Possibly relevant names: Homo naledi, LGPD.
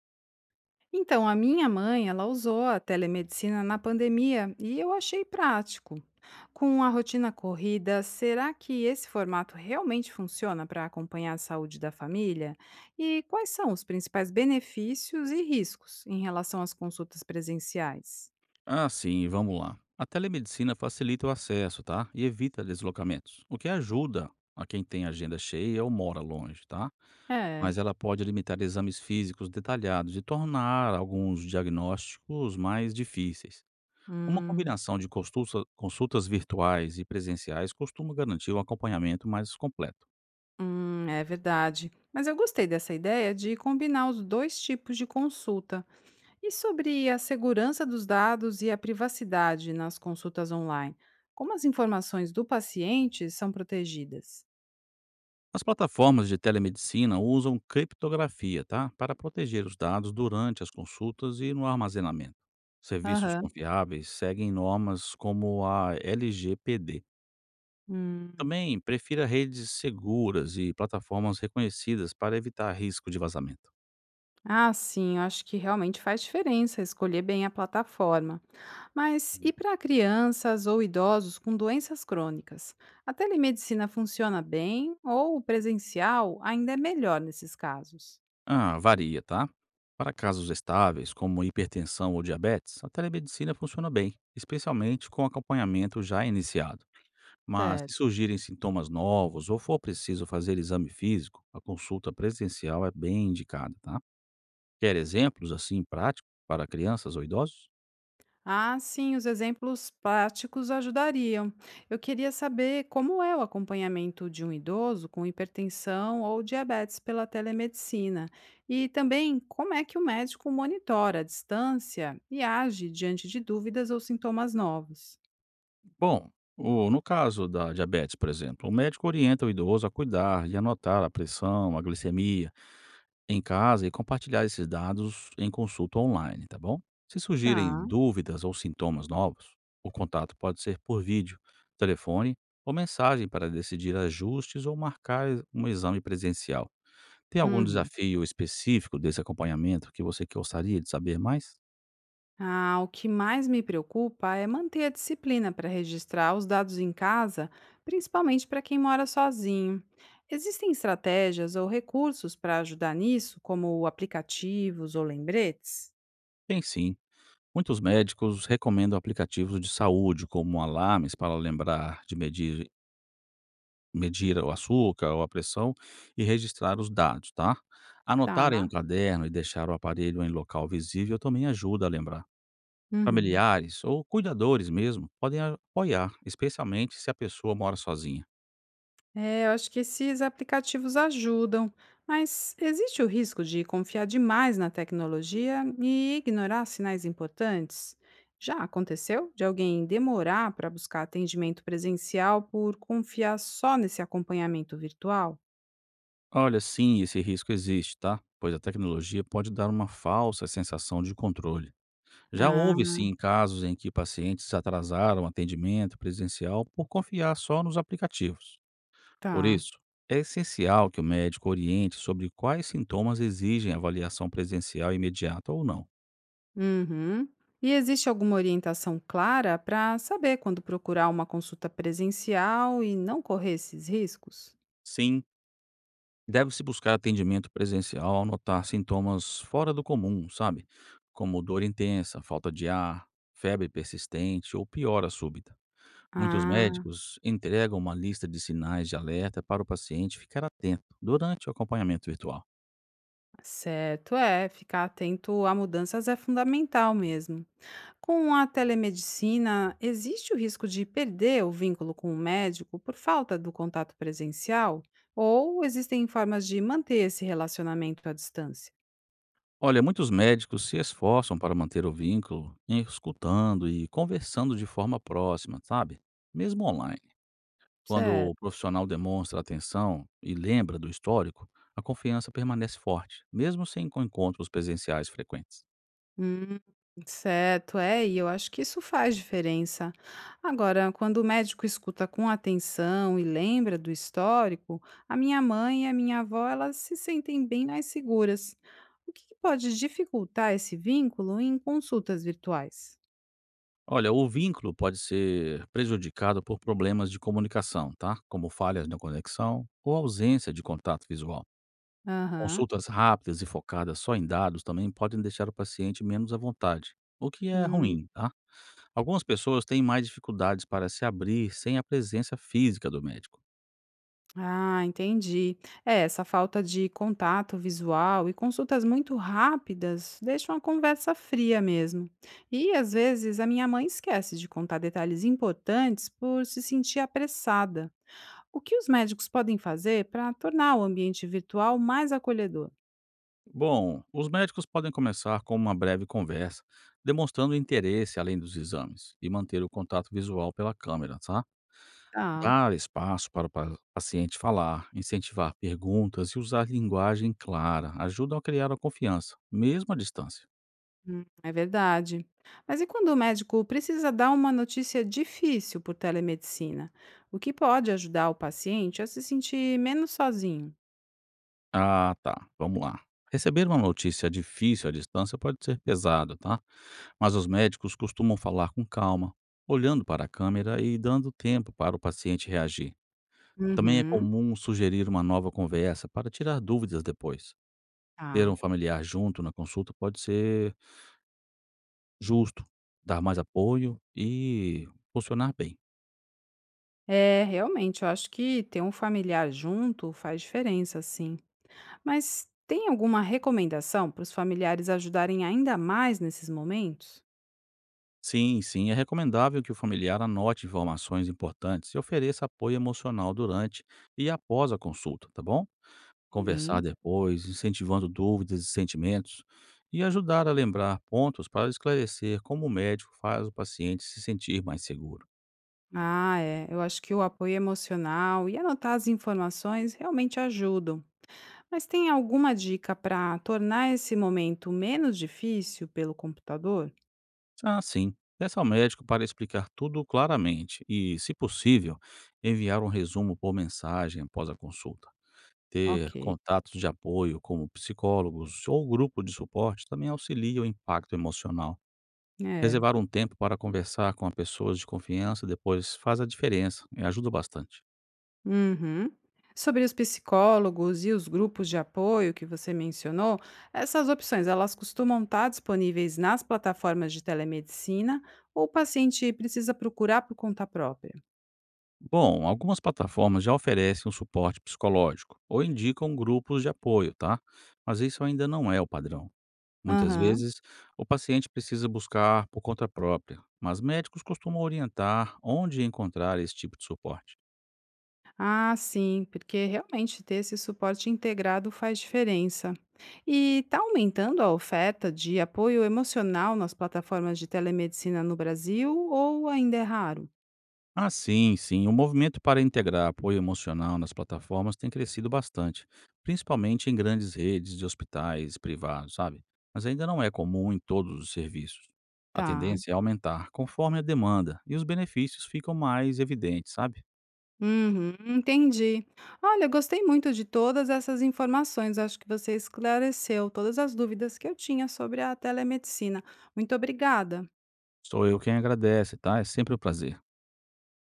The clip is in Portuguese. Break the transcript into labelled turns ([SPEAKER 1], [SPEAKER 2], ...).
[SPEAKER 1] Então, a minha mãe, ela usou a telemedicina na pandemia e eu achei prático. Com a rotina corrida, será que esse formato realmente funciona para acompanhar a saúde da família? E quais são os principais benefícios e riscos em relação às consultas presenciais?
[SPEAKER 2] Ah, sim, vamos lá. A telemedicina facilita o acesso, tá? E evita deslocamentos, o que ajuda a quem tem agenda cheia ou mora longe, tá?
[SPEAKER 1] É,
[SPEAKER 2] Mas ela pode limitar exames físicos detalhados e tornar alguns diagnósticos mais difíceis. Uma
[SPEAKER 1] hum,
[SPEAKER 2] combinação de consultas virtuais e presenciais costuma garantir um acompanhamento mais completo.
[SPEAKER 1] é verdade. Mas eu gostei dessa ideia de combinar os dois tipos de consulta. E sobre a segurança dos dados e a privacidade nas consultas online? Como as informações do paciente são protegidas?
[SPEAKER 2] As plataformas de telemedicina usam criptografia, tá? Para proteger os dados durante as consultas e no armazenamento. Serviços
[SPEAKER 1] Aham.
[SPEAKER 2] confiáveis seguem normas como a LGPD.
[SPEAKER 1] Hum.
[SPEAKER 2] Também prefira redes seguras e plataformas reconhecidas para evitar risco de vazamento.
[SPEAKER 1] Ah, sim, eu acho que realmente faz diferença escolher bem a plataforma. Mas e para crianças ou idosos com doenças crônicas? A telemedicina funciona bem ou o presencial ainda é melhor nesses casos?
[SPEAKER 2] Ah, varia, tá? Para casos estáveis, como hipertensão ou diabetes, a telemedicina funciona bem, especialmente com acompanhamento já iniciado. Mas se
[SPEAKER 1] Certo.
[SPEAKER 2] surgirem sintomas novos ou for preciso fazer exame físico, a consulta presencial é bem indicada, tá? Quer exemplos assim práticos para crianças ou idosos?
[SPEAKER 1] Ah, sim, os exemplos práticos ajudariam. Eu queria saber como é o acompanhamento de um idoso com hipertensão ou diabetes pela telemedicina. E também como é que o médico monitora a distância e age diante de dúvidas ou sintomas novos.
[SPEAKER 2] Bom, no caso da diabetes, por exemplo, o médico orienta o idoso a cuidar e anotar a pressão, a glicemia, em casa e compartilhar esses dados em consulta online, tá bom? Se surgirem
[SPEAKER 1] Tá.
[SPEAKER 2] dúvidas ou sintomas novos, o contato pode ser por vídeo, telefone ou mensagem para decidir ajustes ou marcar um exame presencial. Tem algum
[SPEAKER 1] Uhum.
[SPEAKER 2] desafio específico desse acompanhamento que você gostaria de saber mais?
[SPEAKER 1] Ah, o que mais me preocupa é manter a disciplina para registrar os dados em casa, principalmente para quem mora sozinho. Existem estratégias ou recursos para ajudar nisso, como aplicativos ou lembretes?
[SPEAKER 2] Tem sim. Muitos médicos recomendam aplicativos de saúde, como alarmes para lembrar de medir o açúcar ou a pressão e registrar os dados, tá? Anotar em um
[SPEAKER 1] Tá.
[SPEAKER 2] caderno e deixar o aparelho em local visível também ajuda a lembrar.
[SPEAKER 1] Uhum.
[SPEAKER 2] Familiares ou cuidadores mesmo podem apoiar, especialmente se a pessoa mora sozinha.
[SPEAKER 1] É, eu acho que esses aplicativos ajudam, mas existe o risco de confiar demais na tecnologia e ignorar sinais importantes? Já aconteceu de alguém demorar para buscar atendimento presencial por confiar só nesse acompanhamento virtual?
[SPEAKER 2] Olha, sim, esse risco existe, tá? Pois a tecnologia pode dar uma falsa sensação de controle. Já
[SPEAKER 1] Ah,
[SPEAKER 2] houve, sim, casos em que pacientes atrasaram atendimento presencial por confiar só nos aplicativos. Por
[SPEAKER 1] tá.
[SPEAKER 2] isso, é essencial que o médico oriente sobre quais sintomas exigem avaliação presencial imediata ou não.
[SPEAKER 1] Uhum. E existe alguma orientação clara para saber quando procurar uma consulta presencial e não correr esses riscos?
[SPEAKER 2] Sim, deve-se buscar atendimento presencial ao notar sintomas fora do comum, sabe? Como dor intensa, falta de ar, febre persistente ou piora súbita. Muitos
[SPEAKER 1] Ah.
[SPEAKER 2] médicos entregam uma lista de sinais de alerta para o paciente ficar atento durante o acompanhamento virtual.
[SPEAKER 1] Certo, é, ficar atento a mudanças é fundamental mesmo. Com a telemedicina, existe o risco de perder o vínculo com o médico por falta do contato presencial? Ou existem formas de manter esse relacionamento à distância?
[SPEAKER 2] Olha, muitos médicos se esforçam para manter o vínculo, escutando e conversando de forma próxima, sabe? Mesmo online. Quando o
[SPEAKER 1] Certo.
[SPEAKER 2] profissional demonstra atenção e lembra do histórico, a confiança permanece forte, mesmo sem encontros presenciais frequentes.
[SPEAKER 1] Hum, certo, é, e eu acho que isso faz diferença. Agora, quando o médico escuta com atenção e lembra do histórico, a minha mãe e a minha avó, elas se sentem bem mais seguras. O que que pode dificultar esse vínculo em consultas virtuais?
[SPEAKER 2] Olha, o vínculo pode ser prejudicado por problemas de comunicação, tá? Como falhas na conexão ou ausência de contato visual.
[SPEAKER 1] Aham.
[SPEAKER 2] Consultas rápidas e focadas só em dados também podem deixar o paciente menos à vontade, o que é
[SPEAKER 1] Hum.
[SPEAKER 2] ruim, tá? Algumas pessoas têm mais dificuldades para se abrir sem a presença física do médico.
[SPEAKER 1] Ah, entendi. É, essa falta de contato visual e consultas muito rápidas deixam a conversa fria mesmo. E às vezes a minha mãe esquece de contar detalhes importantes por se sentir apressada. O que os médicos podem fazer para tornar o ambiente virtual mais acolhedor?
[SPEAKER 2] Bom, os médicos podem começar com uma breve conversa, demonstrando interesse além dos exames e manter o contato visual pela câmera, tá?
[SPEAKER 1] Ah,
[SPEAKER 2] Dar espaço para o paciente falar, incentivar perguntas e usar linguagem clara ajuda a criar a confiança, mesmo à distância.
[SPEAKER 1] é verdade. Mas e quando o médico precisa dar uma notícia difícil por telemedicina? O que pode ajudar o paciente a se sentir menos sozinho?
[SPEAKER 2] Ah, tá. Vamos lá. Receber uma notícia difícil à distância pode ser pesado, tá? Mas os médicos costumam falar com calma, olhando para a câmera e dando tempo para o paciente reagir. Também é
[SPEAKER 1] Uhum.
[SPEAKER 2] comum sugerir uma nova conversa para tirar dúvidas depois. Ter um
[SPEAKER 1] Tá.
[SPEAKER 2] familiar junto na consulta pode ser justo, dar mais apoio e funcionar bem.
[SPEAKER 1] É, realmente, eu acho que ter um familiar junto faz diferença, sim. Mas tem alguma recomendação para os familiares ajudarem ainda mais nesses momentos?
[SPEAKER 2] Sim, sim, é recomendável que o familiar anote informações importantes e ofereça apoio emocional durante e após a consulta, tá bom? Conversar
[SPEAKER 1] Sim.
[SPEAKER 2] depois, incentivando dúvidas e sentimentos, e ajudar a lembrar pontos para esclarecer como o médico faz o paciente se sentir mais seguro.
[SPEAKER 1] Ah, é. Eu acho que o apoio emocional e anotar as informações realmente ajudam. Mas tem alguma dica para tornar esse momento menos difícil pelo computador?
[SPEAKER 2] Ah, sim. Peça ao médico para explicar tudo claramente e, se possível, enviar um resumo por mensagem após a consulta. Ter
[SPEAKER 1] Ok.
[SPEAKER 2] contatos de apoio, como psicólogos ou grupo de suporte, também auxilia o impacto emocional.
[SPEAKER 1] É.
[SPEAKER 2] Reservar um tempo para conversar com pessoas de confiança depois faz a diferença e ajuda bastante.
[SPEAKER 1] Uhum. Sobre os psicólogos e os grupos de apoio que você mencionou, essas opções elas costumam estar disponíveis nas plataformas de telemedicina ou o paciente precisa procurar por conta própria?
[SPEAKER 2] Bom, algumas plataformas já oferecem um suporte psicológico ou indicam grupos de apoio, tá? Mas isso ainda não é o padrão. Muitas
[SPEAKER 1] Aham.
[SPEAKER 2] vezes, o paciente precisa buscar por conta própria, mas médicos costumam orientar onde encontrar esse tipo de suporte.
[SPEAKER 1] Ah, sim, porque realmente ter esse suporte integrado faz diferença. E está aumentando a oferta de apoio emocional nas plataformas de telemedicina no Brasil ou ainda é raro?
[SPEAKER 2] Ah, sim, sim. O movimento para integrar apoio emocional nas plataformas tem crescido bastante, principalmente em grandes redes de hospitais privados, sabe? Mas ainda não é comum em todos os serviços. A
[SPEAKER 1] Tá.
[SPEAKER 2] tendência é aumentar conforme a demanda e os benefícios ficam mais evidentes, sabe?
[SPEAKER 1] Uhum, entendi. Olha, gostei muito de todas essas informações. Acho que você esclareceu todas as dúvidas que eu tinha sobre a telemedicina. Muito obrigada.
[SPEAKER 2] Sou eu quem agradece, tá? É sempre um prazer.